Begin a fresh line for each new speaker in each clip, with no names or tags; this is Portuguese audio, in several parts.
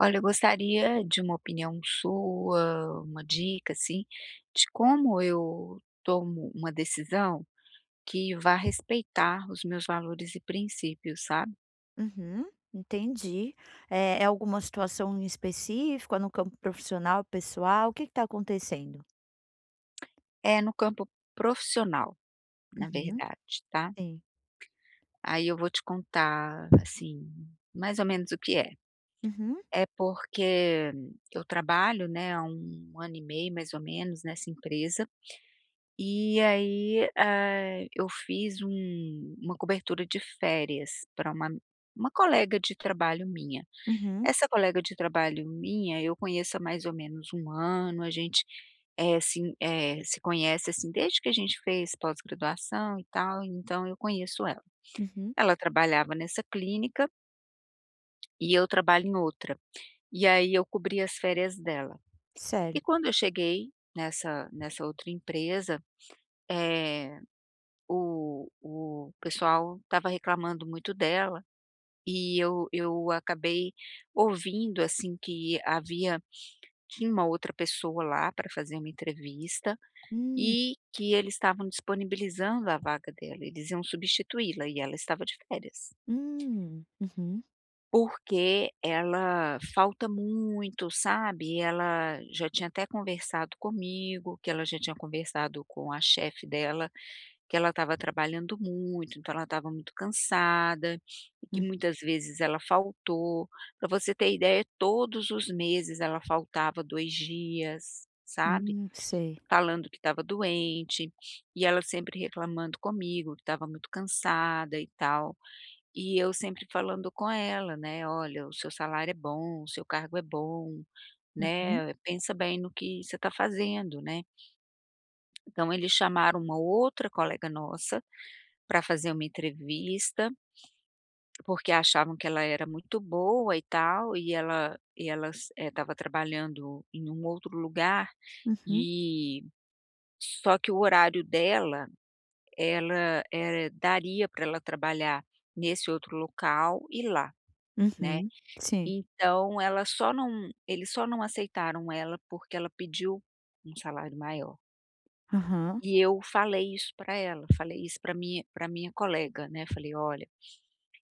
Olha, eu gostaria de uma opinião sua, uma dica, assim, de como eu tomo uma decisão que vá respeitar os meus valores e princípios, sabe?
Uhum, entendi. É alguma situação em específica no campo profissional, pessoal? O que está acontecendo?
É no campo profissional, na
Uhum,
verdade, tá?
sim.
Aí eu vou te contar, assim, mais ou menos o que é.
Uhum,
É porque eu trabalho, né, há um ano e meio, mais ou menos, nessa empresa. E aí, eu fiz uma cobertura de férias para uma colega de trabalho minha.
uhum,
Essa colega de trabalho minha, eu conheço há mais ou menos um ano. A gente, assim, se conhece, assim, desde que a gente fez pós-graduação e tal, então eu conheço ela.
uhum.
Ela trabalhava nessa clínica e eu trabalho em outra, e aí eu cobri as férias dela. E
Certo.
quando eu cheguei nessa outra empresa, eh o pessoal estava reclamando muito dela, e eu acabei ouvindo, assim, que havia tinha uma outra pessoa lá para fazer uma entrevista,
Hum,
e que eles estavam disponibilizando a vaga dela, eles iam substituí-la, e ela estava de férias.
uhum,
Porque ela falta muito, sabe, ela já tinha até conversado comigo, que ela já tinha conversado com a chefe dela, que ela estava trabalhando muito, então ela estava muito cansada, e que
hum,
muitas vezes ela faltou. Para você ter ideia, todos os meses ela faltava 2 dias, sabe,
sei.
falando que estava doente, e ela sempre reclamando comigo que estava muito cansada e tal. E eu sempre falando com ela, né: "Olha, o seu salário é bom, o seu cargo é bom,
Uhum,
né, pensa bem no que você está fazendo, né". Então eles chamaram uma outra colega nossa para fazer uma entrevista, porque achavam que ela era muito boa e tal, e ela estava trabalhando em um outro lugar,
uhum,
e só que o horário dela, ela, era daria para ela trabalhar nesse outro local e lá, né.
uhum. Sim.
Então ela só não eles só não aceitaram ela porque ela pediu um salário maior.
Aham,
E eu falei isso para ela, falei isso para minha colega, né, falei: "Olha".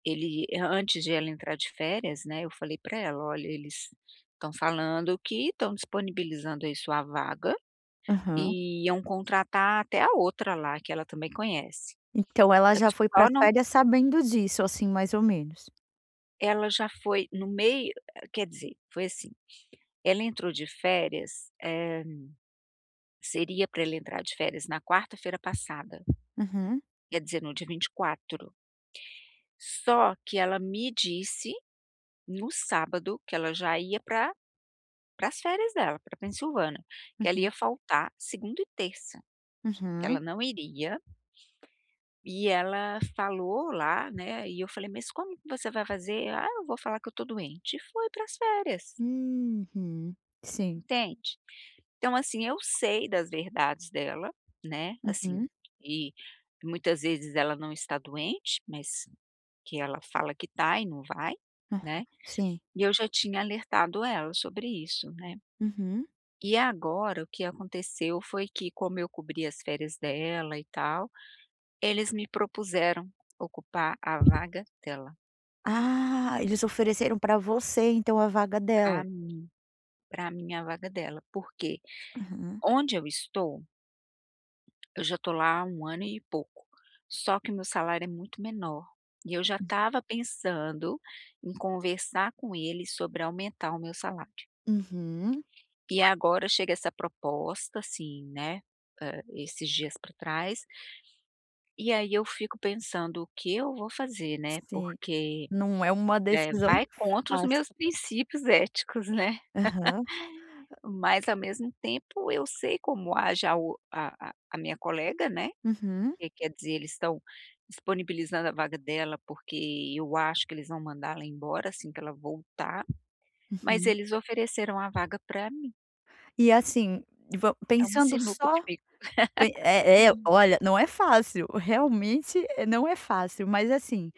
Antes de ela entrar de férias, né, eu falei para ela: "Olha, eles estão falando que estão disponibilizando aí sua vaga
aham.
e iam contratar até a outra lá, que ela também conhece".
Então ela
Eh,
já foi para
Só
as
não,
férias sabendo disso, assim, mais ou menos.
ela já foi no meio, quer dizer, foi assim, ela entrou de férias, seria para ela entrar de férias na quarta-feira passada,
Uhum,
quer dizer, no dia 24. Só que ela me disse no sábado que ela já ia para as férias dela, para Pensilvânia, que ela
uhum,
ia faltar segunda e terça, que ela
uhum.
não iria, e ela falou lá, né, e eu falei: "Mas como que você vai fazer?". "Ah, eu vou falar que eu tô doente", e foi para as férias,
Uhum. Sim.
entende? Então, assim, eu sei das verdades dela, né, assim,
Uhum.
e muitas vezes ela não está doente, mas que ela fala que tá e não vai,
Aham,
né,
sim.
e eu já tinha alertado ela sobre isso, né.
Uhum.
E agora o que aconteceu foi que, como eu cobri as férias dela e tal, eles me propuseram ocupar a vaga dela,
Ah, eles ofereceram pra você então a vaga
para
dela?
mim, para mim a vaga dela, porque
Aham.
onde eu estou, eu já estou lá há 1 ano e pouco, só que o meu salário é muito menor, e eu já estava pensando em conversar com eles sobre aumentar o meu salário.
Uhum.
E agora chega essa proposta, assim, né, esses dias para trás. E aí eu fico pensando: "O que eu vou fazer, né?",
Sim,
porque,
não é uma decisão
vai contra os
fácil.
meus princípios éticos, né,
Aham.
mas ao mesmo tempo eu sei como age a o a a minha colega, né,
Uhum,
que quer dizer, eles estão disponibilizando a vaga dela, porque eu acho que eles vão mandar ela embora assim que ela voltar, mas
uhum.
eles ofereceram a vaga para mim.
E assim, va
É uma
pensando
sinuca de
só
bico.
pe é, olha, não é fácil, realmente não é fácil, mas assim,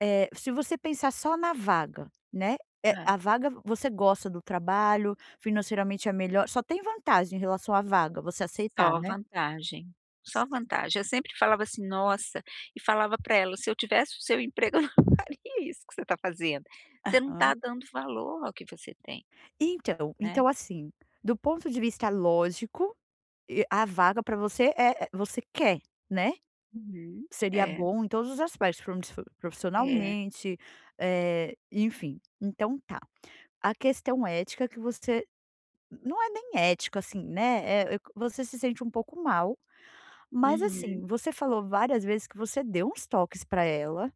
se você pensar só na vaga, né, a vaga você gosta do trabalho, financeiramente é melhor, só tem vantagem em relação à vaga, você aceitar,
Só
né?
vantagem, só
Si
vantagem. Eu sempre falava assim: "Nossa", e falava para ela: "Se eu tivesse o seu emprego, eu não faria isso que você está fazendo. Você não está
aham.
dando valor ao que você tem,
Então
né".
então assim, do ponto de vista lógico, e a vaga para você é você quer, né.
Uhum.
Seria
É,
bom em todos os aspectos, promisso
é.
profissionalmente, enfim. Então tá, a questão ética que você não é nem ética assim, né, você se sente um pouco mal mas
Uhum.
assim, você falou várias vezes que você deu uns toques para ela,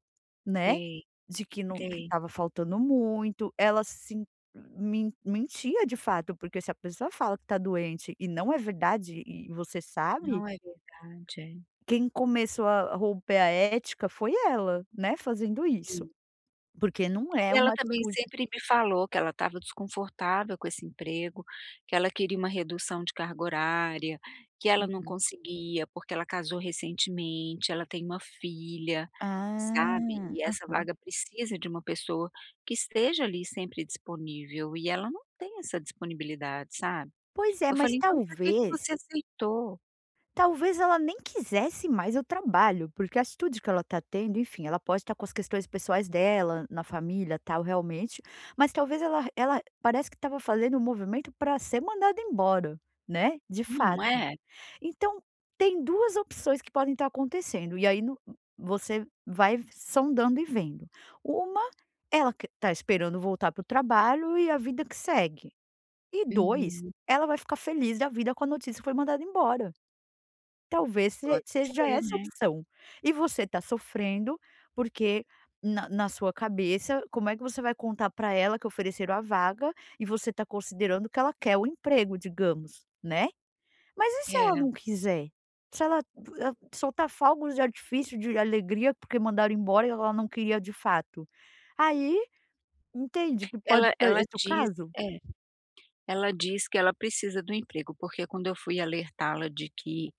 né,
Dei,
de que não que
dei.
estava faltando muito, ela sim men mentia de fato, porque se a pessoa fala que tá doente e não é verdade e você sabe,
Não é verdade, é.
quem começou a romper a ética foi ela, né, fazendo isso, porque não é
E ela
uma
também
atitude
sempre me falou que ela estava desconfortável com esse emprego, que ela queria uma redução de carga horária, que ela não
uhum.
conseguia, porque ela casou recentemente, ela tem uma filha,
Ah,
sabe, e essa
aham.
vaga precisa de uma pessoa que esteja ali sempre disponível, e ela não tem essa disponibilidade, sabe.
Pois é,
Eu
mas
falei: "Então pra que que
talvez
você aceitou?".
talvez ela nem quisesse mais o trabalho, porque a atitude que ela está tendo, enfim, ela pode estar com as questões pessoais dela, na família, tal, realmente, mas talvez ela parece que estava fazendo um movimento para ser mandada embora, né, de
Não
fato.
é?
Então, tem 2 opções que podem estar acontecendo, e aí no você vai sondando e vendo. Uma, ela está esperando voltar para o trabalho e a vida que segue. E dois,
Uhum.
ela vai ficar feliz da vida com a notícia que foi mandada embora. Talvez se
Pode
seja
ser,
essa a
né.
opção. E você está sofrendo, porque na sua cabeça, como é que você vai contar para ela que ofereceram a vaga e você está considerando que ela quer o emprego, digamos, né. Mas e se ela
É.
não quiser? Se ela soltar fogos de artifício de alegria porque mandaram embora e ela não queria de fato? Aí, entende que pode
Ela
ser
ela
esse o
diz
caso?
é. Ela diz que ela precisa do emprego, porque quando eu fui alertá-la de que,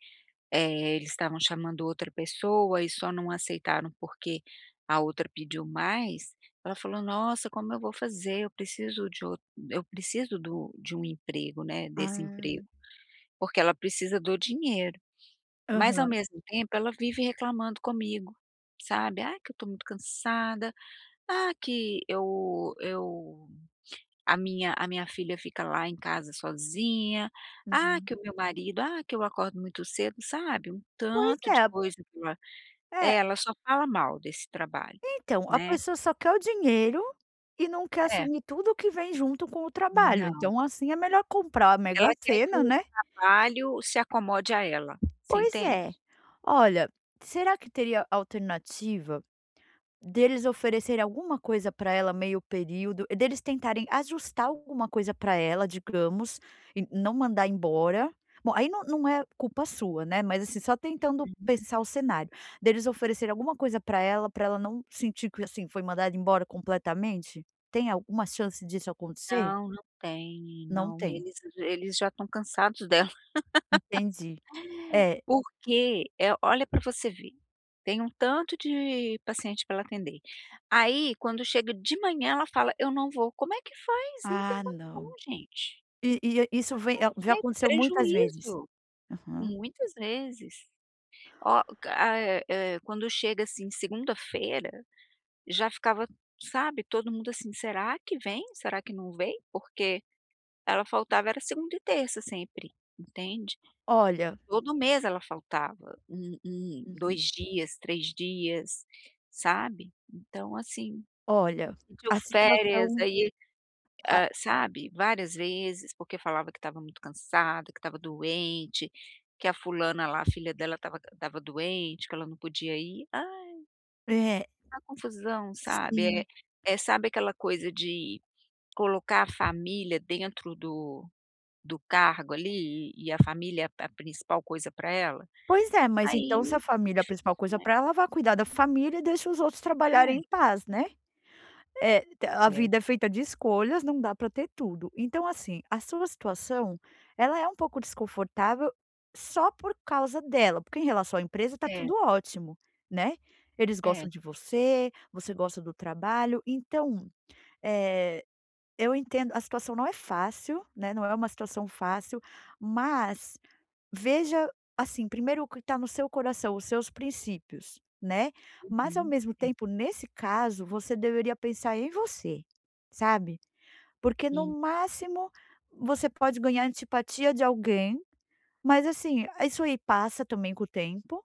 eles estavam chamando outra pessoa e só não aceitaram porque a outra pediu mais, ela falou: "Nossa, como eu vou fazer? Eu preciso do de um emprego, né, desse
Ah.
emprego", porque ela precisa do dinheiro. Mas ao
Aham.
mesmo tempo ela vive reclamando comigo, sabe: "Ah, que eu estou muito cansada. Ah, que eu a minha filha fica lá em casa sozinha. Ah,
Uhum.
que o meu marido, ah, que eu acordo muito cedo, sabe, um
Pois
tanto de
é,
coisa que ela". É,
é.
ela só fala mal desse trabalho,
Então, a
né.
pessoa só quer o dinheiro e não quer
É,
assumir tudo que vem junto com o trabalho,
não,
então, assim, é melhor comprar a
ela
Mega
quer que
Sena,
o
né.
trabalho se acomode a ela, você
Pois
entende?
é. Olha, será que teria alternativa deles oferecerem alguma coisa para ela meio período, e deles tentarem ajustar alguma coisa para ela, digamos, e não mandar embora. Bom, aí não é culpa sua, né, mas assim, só tentando
Uhum.
pensar o cenário, deles oferecerem alguma coisa para ela não sentir que, assim, foi mandada embora completamente? Tem alguma chance disso acontecer?
Não, não tem,
Não
não,
tem.
eles já estão cansados dela.
Entendi. É.
Porque, olha para você ver, tem um tanto de paciente para ela atender. Aí, quando chega de manhã, ela fala: "Eu não vou". Como é que faz? Não tem
Ah,
condição,
não.
gente.
E isso vem
Não
é,
tem
já
jeito, é
aconteceu muitas vezes.
prejuízo,
Aham.
muitas vezes. Ó, quando chega, assim, segunda-feira, já ficava, sabe, todo mundo assim: "Será que vem? Será que não vem?". Porque ela faltava era segunda e terça sempre, entende?
Olha,
Todo mês ela faltava, 2
uhum,
dias, 3 dias, sabe. Então assim,
olha,
pediu
a
férias,
situação
aí,
ah,
sabe, várias vezes, porque falava que estava muito cansada, que estava doente, que a fulana lá, a filha dela estava doente, que ela não podia ir.
é,
É uma confusão, sabe. É
sim.
é, sabe aquela coisa de colocar a família dentro do cargo ali, e a família é a principal coisa para ela?
Pois é, mas
Aí
então se a
é
família é a
difícil,
principal coisa
né.
para ela, vá cuidar da família e deixa os outros trabalharem
É,
em paz, né. T a
é,
vida é feita de escolhas, não dá para ter tudo. Então assim, a sua situação, ela é um pouco desconfortável só por causa dela, porque em relação à empresa tá
é,
tudo ótimo, né. Eles
é.
gostam de você, você gosta do trabalho, então, eh, eu entendo a situação não é fácil, né, não é uma situação fácil, mas veja, assim, primeiro o que está no seu coração, os seus princípios, né. Mas ao
Uhum.
mesmo
Sim.
tempo, nesse caso, você deveria pensar em você, sabe. Porque no
Hum.
máximo, você pode ganhar antipatia de alguém, mas assim, isso aí passa também com o tempo.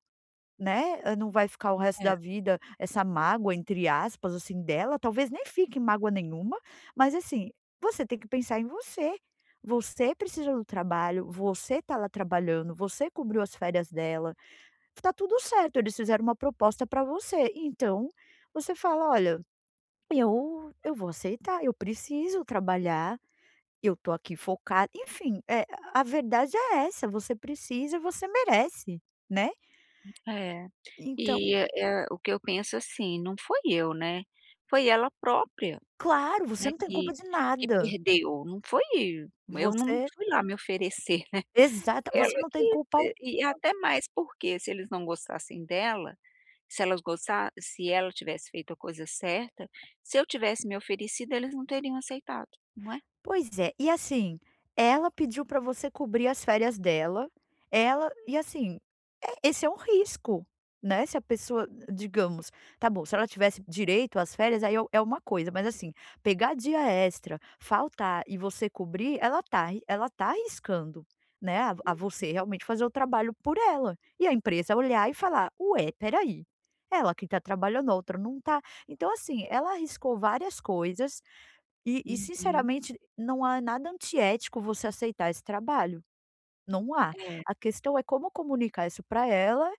Né, não vai ficar o resto
É,
da vida essa mágoa, entre aspas, assim, dela, talvez nem fique mágoa nenhuma, mas assim, você tem que pensar em você. Você precisa do trabalho, você tá lá trabalhando, você cobriu as férias dela, tá tudo certo, eles fizeram uma proposta para você, então, você fala: "Olha, eu vou aceitar, eu preciso trabalhar, eu tô aqui focada", enfim, é a verdade é essa, você precisa e você merece, né.
é.
Então
E, o que eu penso, assim, não foi eu, né, foi ela própria,
claro, você
né,
não tem culpa
que
de
que
nada.
perdeu, não foi eu não
Você
fui lá me oferecer, né,
exata,
ela
você não
que,
tem culpa al
e até mais, porque se eles não gostassem dela, se ela tivesse feito a coisa certa, se eu tivesse me oferecido, eles não teriam aceitado, não é?
pois é, e assim, ela pediu pra você cobrir as férias dela, ela e assim esse é um risco, né, se a pessoa digamos, tá bom, se ela tivesse direito às férias, aí é o- é uma coisa, mas assim, pegar dia extra, faltar e você cobrir, ela tá arri- ela tá arriscando, né, a você realmente fazer o trabalho por ela. E a empresa olhar e falar: "Ué, espera aí, ela que tá trabalhando, a outra não tá". Então assim, ela arriscou várias coisas e
Uhum.
sinceramente não há nada antiético você aceitar esse trabalho. Não há.
É,
A questão é como comunicar isso para ela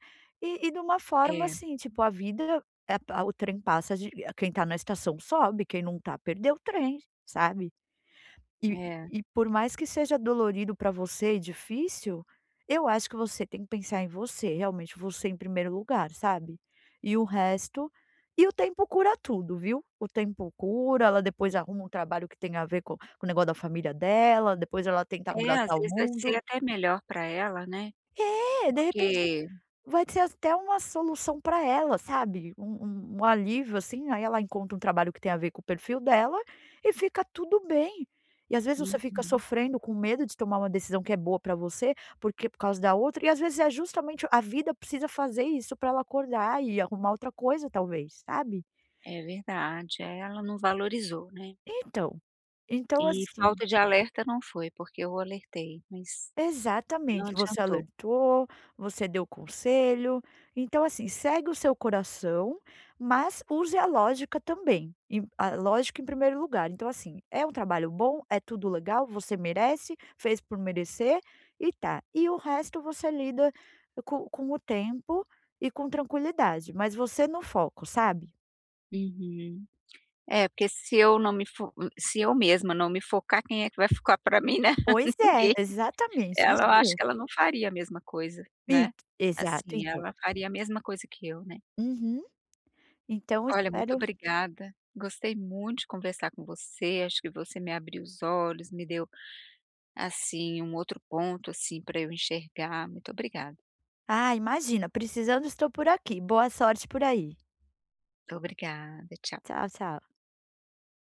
e de uma forma,
é,
assim, tipo, a vida é pa o trem passa de quem tá na estação sobe, quem não tá perdeu o trem, sabe. E
é.
e por mais que seja dolorido para você e difícil, eu acho que você tem que pensar em você, realmente, você em primeiro lugar, sabe. E o resto e o tempo cura tudo, viu. O tempo cura, ela depois arruma um trabalho que tem a ver com o negócio da família dela, depois ela tenta
É, às
abraçar o
vezes vai ser
mundo.
até melhor para ela, né,
É, de repente
porque
vai ser até uma solução para ela, sabe, um um alívio, assim, aí ela encontra um trabalho que tem a ver com o perfil dela e fica tudo bem. E às vezes você fica
uhum,
sofrendo com medo de tomar uma decisão que é boa para você, porque por causa da outra, e às vezes é justamente a vida precisa fazer isso para ela acordar e arrumar outra coisa talvez, sabe.
é verdade, ela não valorizou, né,
Então, então
e
assim
falta de alerta não foi, porque eu alertei, mas não
exatamente, você
adiantou.
alertou, você deu conselho, então assim, segue o seu coração, mas use a lógica também, em a lógica em primeiro lugar. Então assim, é um trabalho bom, é tudo legal, você merece, fez por merecer e tá. E o resto você lida com o tempo e com tranquilidade, mas você no foco, sabe.
Uhum. É, porque se eu mesma não me focar, quem é que vai focar para mim, né?
Pois é,
Ninguém.
exatamente,
Ela
isso
Eu acho que
mesmo.
ela não faria a mesma coisa, né,
Ent exato,
assim,
então.
ela faria a mesma coisa que eu, né.
Uhum. Então
Olha, muito
espero
obrigada, gostei muito de conversar com você, acho que você me abriu os olhos, me deu, assim, um outro ponto, assim, para eu enxergar. Muito obrigada.
ah, imagina, precisando estou por aqui. Boa sorte por aí.
Obrigada, tchau.
Tchau, tchau.